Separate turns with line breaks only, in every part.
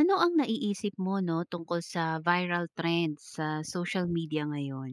Ano ang naiisip mo 'no, tungkol sa viral trends sa social media ngayon?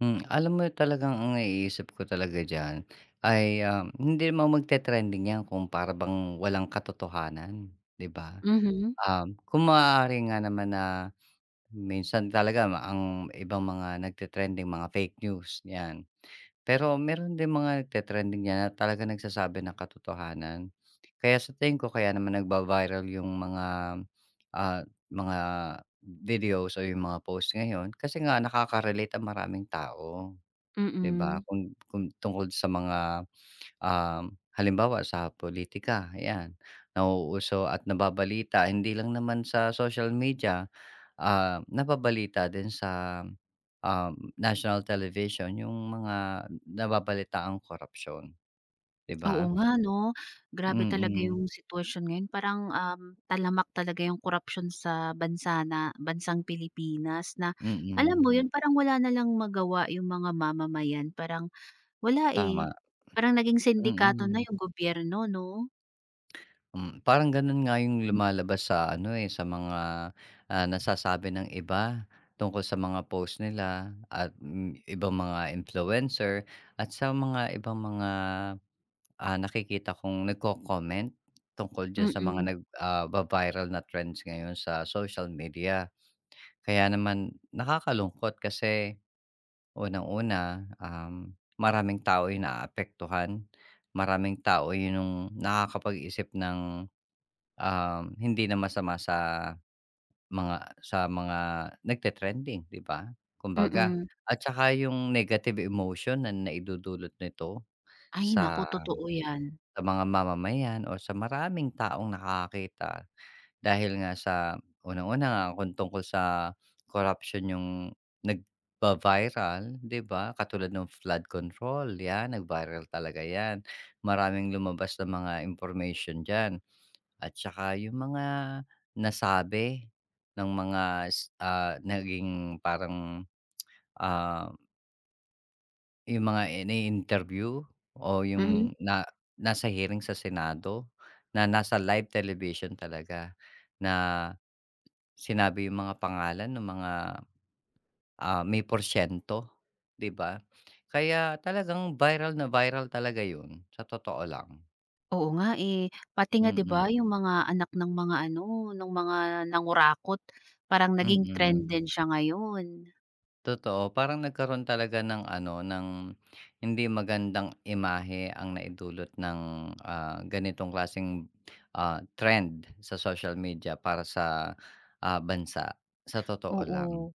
Alam mo talagang ang naiisip ko talaga diyan ay, hindi naman magte-trending 'yan kung para bang walang katotohanan, 'di ba?
Mhm,
Kung maaari nga naman na minsan talaga ang ibang mga nagte-trending mga fake news, 'yan. Pero meron din mga nagte-trending 'yan na talaga nagsasabi ng katotohanan. Kaya sa tingin ko kaya naman nagba-viral yung ah, mga videos o yung mga post ngayon kasi nga nakaka-relate ang maraming tao. 'Di ba?
mm.
Kung tungkol sa mga, um, halimbawa sa politika ayan. Nauuso at nababalita hindi lang naman sa social media, nababalita din sa, um, national television yung mga nababalitaan korapsyon, 'di
Oo
ba?
nga 'no, grabe
Mm,
talaga
mm.
yung sitwasyon ngayon parang, talamak talaga yung korapsyon sa bansa na bansang Pilipinas na alam
Mm,
mo yun, parang wala na lang magawa yung mga mamamayan, parang wala, eh.
Tama,
Parang naging
mm.
sindikato na
Mm.
yung gobyerno 'no?
Parang gano'n nga yung lumalabas sa ano, eh, sa mga, nasasabi ng iba tungkol sa mga post nila at, ibang mga influencer at sa mga ibang mga, nakikita kong nagko-comment tungkol diyan
Mm,
sa mga
mm,
va-viral na trends ngayon sa social media. Kaya naman nakakalungkot kasi unang-una, maraming tao yung naaapektuhan, maraming tao yun yung nakakapag-isip ng hindi na masama mga sa mga nagte-trending, 'di ba? Kumbaga
mm.
at saka yung negative emotion na naidudulot nito
Ay nako
sa
totoo yan.
sa mga mamamayan o sa maraming taong nakakakita dahil nga sa unang-una nga kung tungkol sa corruption yung nagba-viral, 'di ba? Katulad ng flood control, 'yan nag-viral talaga 'yan. Maraming lumabas na mga information diyan. At saka yung mga nasabi ng mga naging parang, ah, yung mga ini-interview o
Mm.
yung na nasa hearing sa Senado na nasa live television talaga na sinabi yung mga pangalan ng mga, may porsiyento, 'di ba? Kaya talagang viral na viral talaga yun, sa totoo lang.
Oo nga, eh. Pati nga 'di
Mm,
ba yung mga anak ng mga ano, nung mga nangurakot, parang naging trend
mm.
Mm. din siya ngayon,
Totoo, parang nagkaroon talaga ng ano, ng hindi magandang imahe ang naidulot ng, ganitong klaseng, trend sa social media para sa, bansa, sa totoo lang.
oo.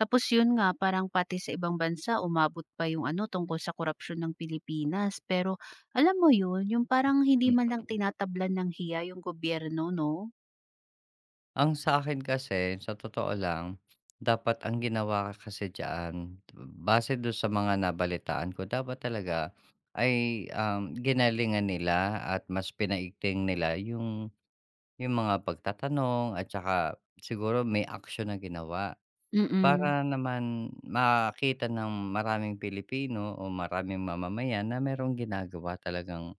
Tapos yun nga, parang pati sa ibang bansa umabot pa yung ano, tungkol sa korupsiyon ng Pilipinas. Pero alam mo yun, yung parang hindi man
Hmm,
lang tinatablan ng hiya yung gobyerno 'no?
ang sa akin kasi sa totoo lang, dapat ang ginawa kasi diyan, base dun sa mga nabalitaan ko dapat talaga ay, ginalingan nila at mas pinaigting nila yung mga pagtatanong at saka siguro may aksyon na ginawa
Mm,
para naman makita ng maraming Pilipino o maraming mamamayan na merong ginagawa talagang,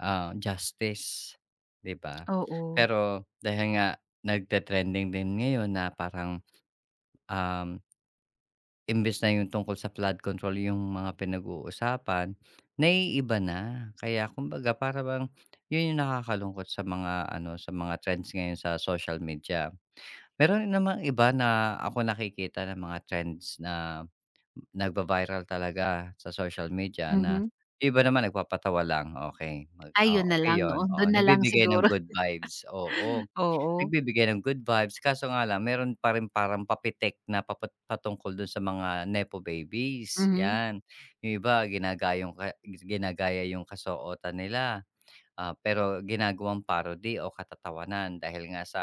justice, 'di ba?
oo,
Pero dahil nga nagte-trending din ngayon na parang, um, imbes na yung tungkol sa flood control yung mga pinag-uusapan, naiiba na. Kaya kumbaga para bang yun yung nakakalungkot sa mga ano, sa mga trends ngayon sa social media. Meron rin namang iba na ako nakikita ng mga trends na nagva-viral talaga sa social media na
mhm.
yung iba naman nagpapatawa lang, okey
Ay yun na
okey
lang 'no,
yun, oo,
dun na lang
nagbibigay ng
siguro,
good vibes, oo,
oo,
nagbibigay ng good vibes kaso nga lang meron pa rin parang papitik na patungkol dun sa mga nepo babies,
mhm.
yan. Yung iba ginagayong ka ginagaya yung kasuotan nila. Pero ginagawang parody o katatawanan dahil nga sa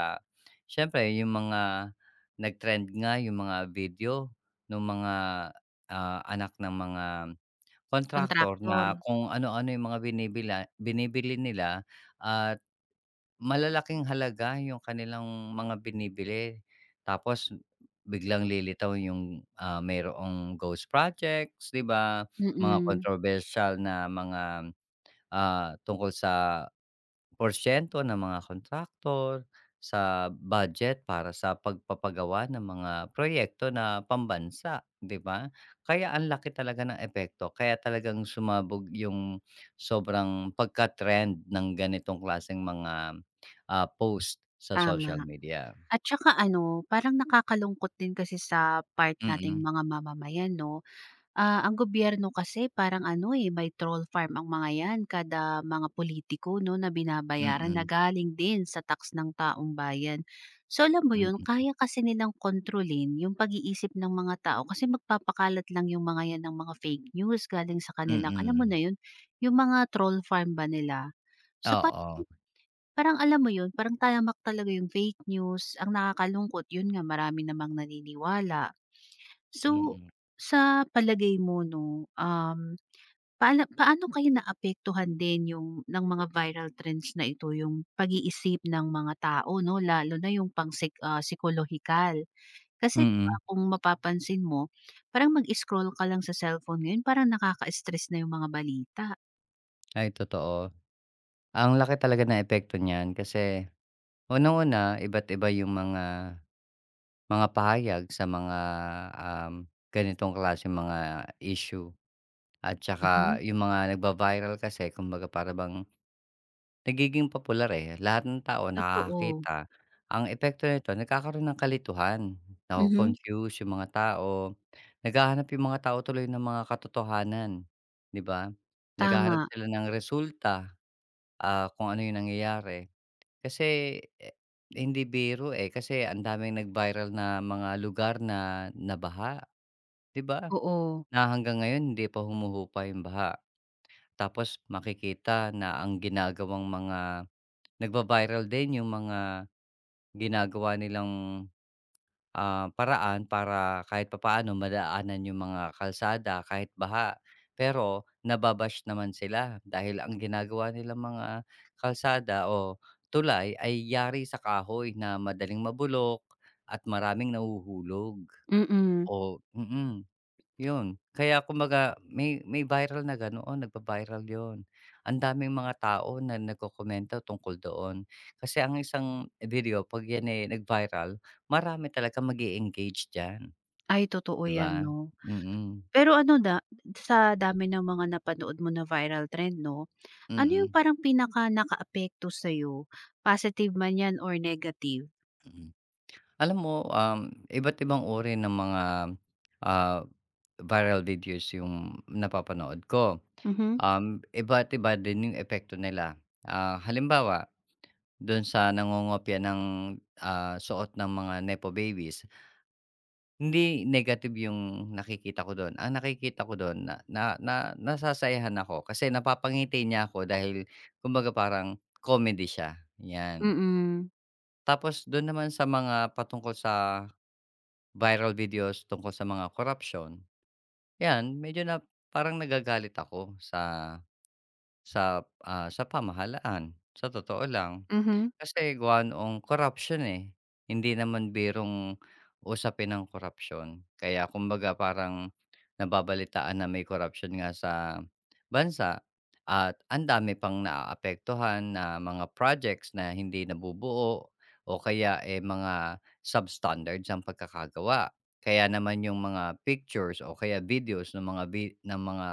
siyempre yung mga nag-trend nga yung mga video ng mga, anak ng mga contractor
Kontraktor,
na kung ano-ano yung mga binibili nila at malalaking halaga yung kanilang mga binibili. Tapos biglang lilitaw yung, mayroong ghost projects, 'di ba? Mga
mm,
controversial na mga, tungkol sa porsyento ng mga kontraktor sa budget para sa pagpapagawa ng mga proyekto na pambansa, 'di ba? Kaya ang laki talaga ng epekto, kaya talagang sumabog yung sobrang pagka-trend ng ganitong klaseng mga, post sa social
tama.
media.
At saka ano, parang nakakalungkot din kasi sa part nating
Mm,
mga mamamayan 'no. Ah, ang gobyerno kasi parang ano, eh, may troll farm ang mga 'yan kada mga politiko 'no, na binabayaran na
mm,
galing din sa tax ng taong bayan. So, alam mo 'yun,
mm,
kaya kasi nilang kontrolin yung pag-iisip ng mga tao kasi magpapakalat lang yung mga 'yan ng mga fake news galing sa kanilang alam mo
mm.
na 'yun, yung mga troll farm ba nila. So
Oo,
parang alam mo yun, parang tayamak talaga yung fake news. Ang nakakalungkot yun nga marami namang naniniwala. So,
mm,
sa palagay mo 'no, paano kayo naapektuhan din yung ng mga viral trends na ito, yung pag-iisip ng mga tao 'no, lalo na yung psikolohikal? Kasi 'di ba
mm.
kung mapapansin mo, parang mag-scroll ka lang sa cellphone ngayon parang nakaka-stress na yung mga balita.
Ay, totoo. Ang laki talaga ng epekto niyan kasi unang-una iba't iba yung mga pahayag sa mga, ganitong klase mga issue at tsaka
Mhm,
yung mga nagva-viral kasi kumbaga para bang nagiging popular, eh. Lahat ng tao
totoo.
nakakakita. Ang epekto nito nagkakaroon ng kalituhan,
Mhm,
nako-confuse yung mga tao, naghahanap yung mga tao tuloy ng mga katotohanan, 'di ba? Naghahanap
tama,
sila ng resulta, kung ano yung nangyayari. Kasi, eh, hindi biro, eh, kasi ang daming nag-viral na mga lugar na nabaha, 'di ba?
oo,
Na hanggang ngayon hindi pa humuhupa yung baha. Tapos makikita na ang ginagawang mga nagva-viral din yung mga ginagawa nilang paraan para kahit papaano madaanan yung mga kalsada kahit baha. Pero nababash naman sila dahil ang ginagawa nilang mga kalsada o tulay ay yari sa kahoy na madaling mabulok at maraming nahuhulog
mm.
o mm. Yun, kaya kumbaga may viral na ganoon, nagba-viral yun. Ang daming mga tao na nagkokomento tungkol doon. Kasi ang isang video 'pag yan, eh, nag-viral, marami talaga mag-e-engage diyan,
Ay totoo
'di
'yan
ba?
'no.
Mm,
Pero ano da sa dami ng mga napanood mo na viral trend 'no, ano yung
mm,
parang pinaka nakaapekto sa'yo, positive man 'yan or negative?
mm. Alam mo, iba't ibang uri ng mga, ah, viral videos yung napapanood ko.
Mhm.
Iba't iba din yung epekto nila. Halimbawa dun sa nangongopya ng, suot ng mga nepo babies, hindi negative yung nakikita ko dun. Ang nakikita ko dun na na na nasasayahan ako kasi napapangiti niya ako dahil kumbaga parang comedy siya, 'yan.
Mm.
Tapos dun naman sa mga patungkol sa viral videos tungkol sa mga corruption 'yan medyo na parang nagagalit ako sa, sa pamahalaan, sa totoo lang.
Mhm,
Kasi gawa noong corruption eh. Hindi naman birong usapin ang corruption. Kaya kumbaga parang nababalitaan na may corruption nga sa bansa at ang dami pang naaapektuhan na mga projects na hindi nabubuo o kaya, eh, mga substandards ang pagkakagawa. Kaya naman yung mga pictures o kaya videos ng mga vi ng mga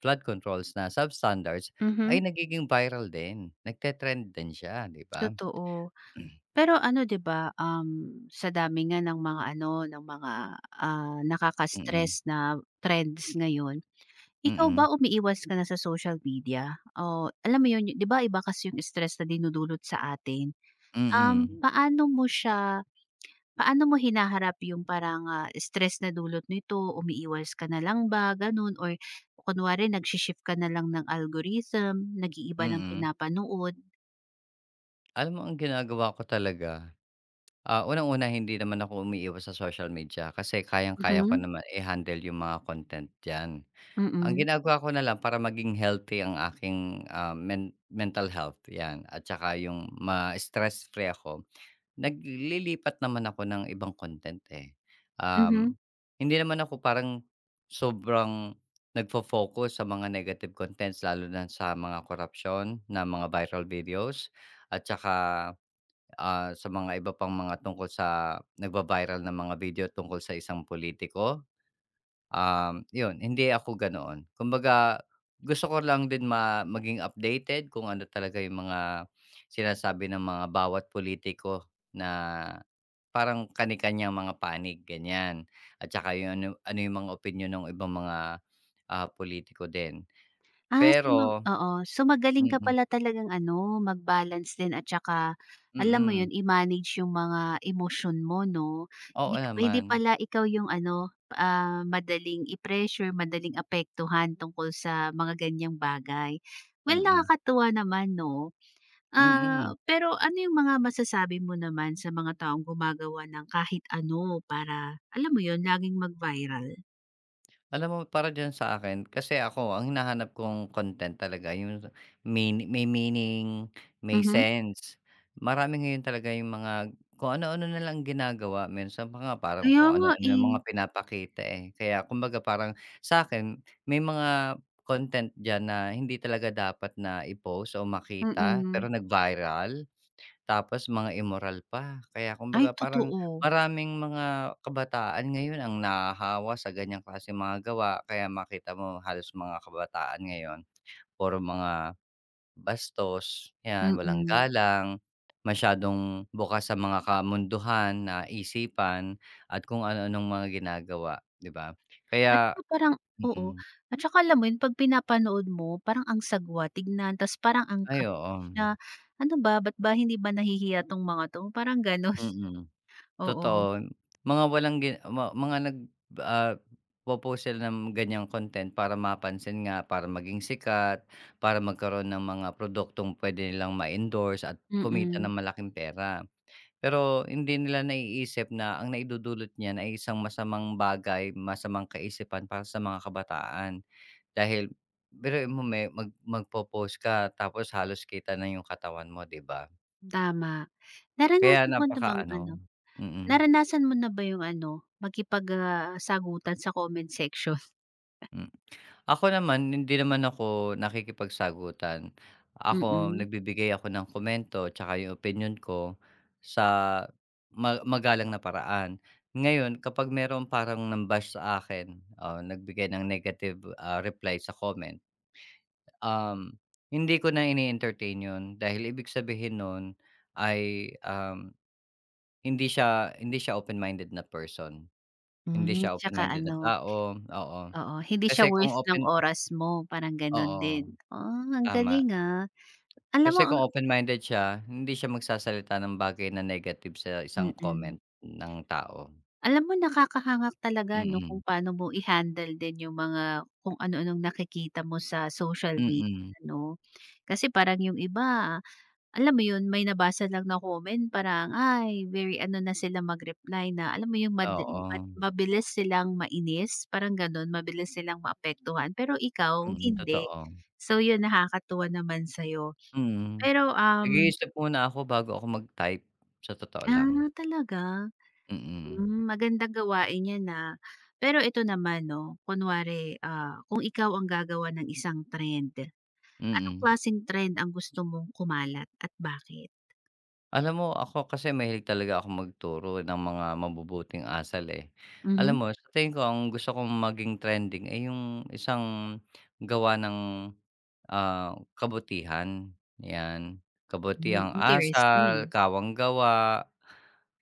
flood controls na substandards
mhm.
ay nagiging viral din, nagte-trend din siya, 'di ba?
Totoo.
Mm,
Pero ano 'di ba, sa dami nga ng mga ano, ng mga
mm,
nakaka-stress na trends ngayon, ikaw
mm,
ba umiiwas ka na sa social media? O alam mo 'yun, 'di ba iba kasi yung stress na dinudulot sa atin? Um,
mm,
Mm. Paano mo hinaharap yung parang, stress na dulot nito, umiiwas ka na lang ba, gano'n or kunwari nagshi-shift ka na lang ng algorithm, nag-iiba ng
mm.
pinapanood?
Alam mo ang ginagawa ko talaga. Unang-una hindi naman ako umiiwas sa social media kasi kayang-kaya ko
Mhm,
naman i-handle yung mga content diyan. Ang
mm,
ginagawa ko na lang para maging healthy ang aking, mental health 'yan at saka yung ma-stress free ako, naglilipat naman ako ng ibang content, eh.
mhm.
Um, hindi naman ako parang sobrang nagfo-focus sa mga negative contents lalo na sa mga corruption na mga viral videos at saka sa mga iba pang mga tungkol sa nagva-viral na mga video tungkol sa isang politiko, yun hindi ako ganoon. Kumbaga gusto ko lang din maging updated kung ano talaga yung mga sinasabi ng mga bawat politiko na parang kanikanyang mga panig, ganyan. At saka yung ano ano yung mga opinyon ng ibang mga, pulitiko din.
Ah, so mag
Pero
Oo. So magaling ka
mm,
pala talagang ano, mag-balance din at saka alam mo
mm.
'yun, i-manage yung mga emosyon mo 'no.
Oo
Hindi
naman,
pala ikaw yung ano, madaling i-pressure, madaling apektuhan tungkol sa mga ganiyang bagay. Well,
mm,
nakakatuwa naman 'no. Ah,
mm.
pero ano yung mga masasabi mo naman sa mga taong gumagawa ng kahit ano para alam mo 'yun, laging mag-viral?
Alam mo para diyan sa akin, kasi ako ang hinahanap kong content talaga yung may meaning, may
Mhm.
sense. Marami ngayon talaga yung mga kung ano-ano na lang ginagawa minsan pa nga parang
Kaya
kung
nga
ano-ano yung
eh.
mga pinapakita, eh. Kaya kumbaga parang sa akin may mga content diyan na hindi talaga dapat na i-post o makita
Mm.
pero nag-viral. Tapos mga immoral pa. Kaya
Ay
kumbaga parang
totoo.
maraming mga kabataan ngayon ang nahahawa sa ganyang klaseng mga gawa. Kaya makita mo halos mga kabataan ngayon puro mga bastos, 'yan, walang
Mm.
galang, masyadong bukas sa mga kamunduhan na isipan at kung ano-anong mga ginagawa, 'di ba?
At
Kaya
saka parang oo,
mm.
at saka alam mo yun 'pag pinapanood mo parang ang sagwa tignan tas parang ang
Ay, oo.
cringe na, "Ano ba, ba't ba hindi ba nahihiya 'tong mga 'to?" Parang gano'n.
Mm.
Oo,
Totoo, mga walang gi ma mga nag ah, po-post sila ng ganyang content para mapansin nga, para maging sikat, para magkaroon ng mga produktong puwede nilang ma-endorse at kumita ng
mm,
malaking pera. Pero hindi nila naiisip na ang naidudulot niyan ay isang masamang bagay, masamang kaisipan para sa mga kabataan. Dahil biruin mo me mag magpo-post ka tapos halos kita na yung katawan mo, 'di ba?
tama.
Kaya
Naranasan mo na bang
napakaano
ano,
mm,
Naranasan mo na ba yung ano, makipag, sagutan sa comment section?
mm. Ako naman, hindi naman ako nakikipagsagutan. Ako,
Mm.
nagbibigay ako ng komento tsaka yung opinyon ko sa magalang na paraan. Ngayon, kapag merong parang sa akin, o nagbigay ng negative, reply sa comment, um, hindi ko na ini-entertain yun dahil ibig sabihin nun ay, hindi siya open-minded na person. Hindi
Hmm,
siya
tsaka
open-minded na
ano,
tao, oo.
oo, hindi siya
Kasi kung
worth ng
open
oras mo, parang gano'n
oo.
din. Ah, ang
Tama.
galing, ah. Alam mo
Kasi
ang
kung open-minded siya, hindi siya magsasalita ng bagay na negative sa isang comment
mm.
ng tao.
Alam mo nakakahanga talaga 'no,
Mm,
kung paano mo i-handle din yung mga kung ano-anong nakikita mo sa social media
mm.
'no. Kasi parang yung iba, alam mo yun, may nabasa lang na comment parang, ay very ano na sila mag-reply na alam mo yung mad
Oo,
mad mabilis silang mainis, parang gano'n, mabilis silang maapektuhan, pero ikaw
mm,
hindi.
totoo.
So yun, nakakatuwa naman sa'yo.
Mm.
Pero,
Nag-iisip muna ako bago ako mag-type, sa totoo lang.
ah, talaga?
Mm,
Hmm, magandang gawain yan, na Pero ito naman 'no, kunwari, ah, kung ikaw ang gagawa ng isang trend, anong
mm.
klaseng trend ang gusto mong kumalat at bakit?
Alam mo ako kasi mahilig talaga ako magturo ng mga mabubuting asal, eh. Alam
Mhm.
mo sa tingin ko ang gusto kong maging trending ay yung isang gawa ng, kabutihan, 'yan.
Hmm,
Kabutihang asal,
interesting.
kawang gawa,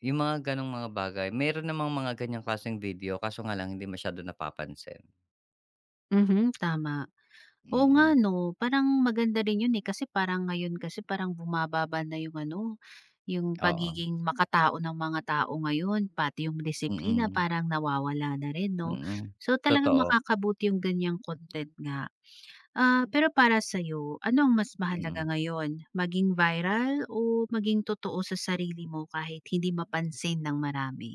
yung mga gano'ng mga bagay. Meron namang mga ganiyang klaseng video kaso nga lang hindi masyado napapansin.
Mhm, tama. Oo nga
Mm,
'no, parang maganda rin yun, eh, kasi parang ngayon kasi parang bumababa na yung ano, yung
oo.
pagiging makatao ng mga tao ngayon, pati yung disiplina
Mm,
parang nawawala na rin 'no.
mm,
So, talagang
totoo,
makakabuti yung ganyang content nga. Ah, pero para sa'yo, ano ang mas
mm.
mahalaga ngayon? Maging viral o maging totoo sa sarili mo kahit hindi mapansin ng marami?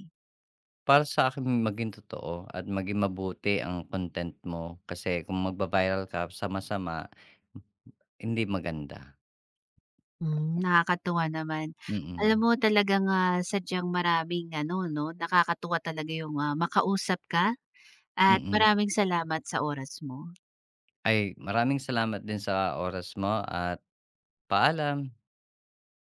Para sa'kin maging totoo at maging mabuti ang content mo kasi kung magba-viral ka sama-sama hindi maganda.
Hmm, nakakatuwa naman. Alam
Mm,
mo talagang, ah, sadyang maraming ano 'no, nakakatuwa talaga yung, ah, makausap ka at
mm.
maraming salamat sa oras mo.
Ay, maraming salamat din sa oras mo at paalam.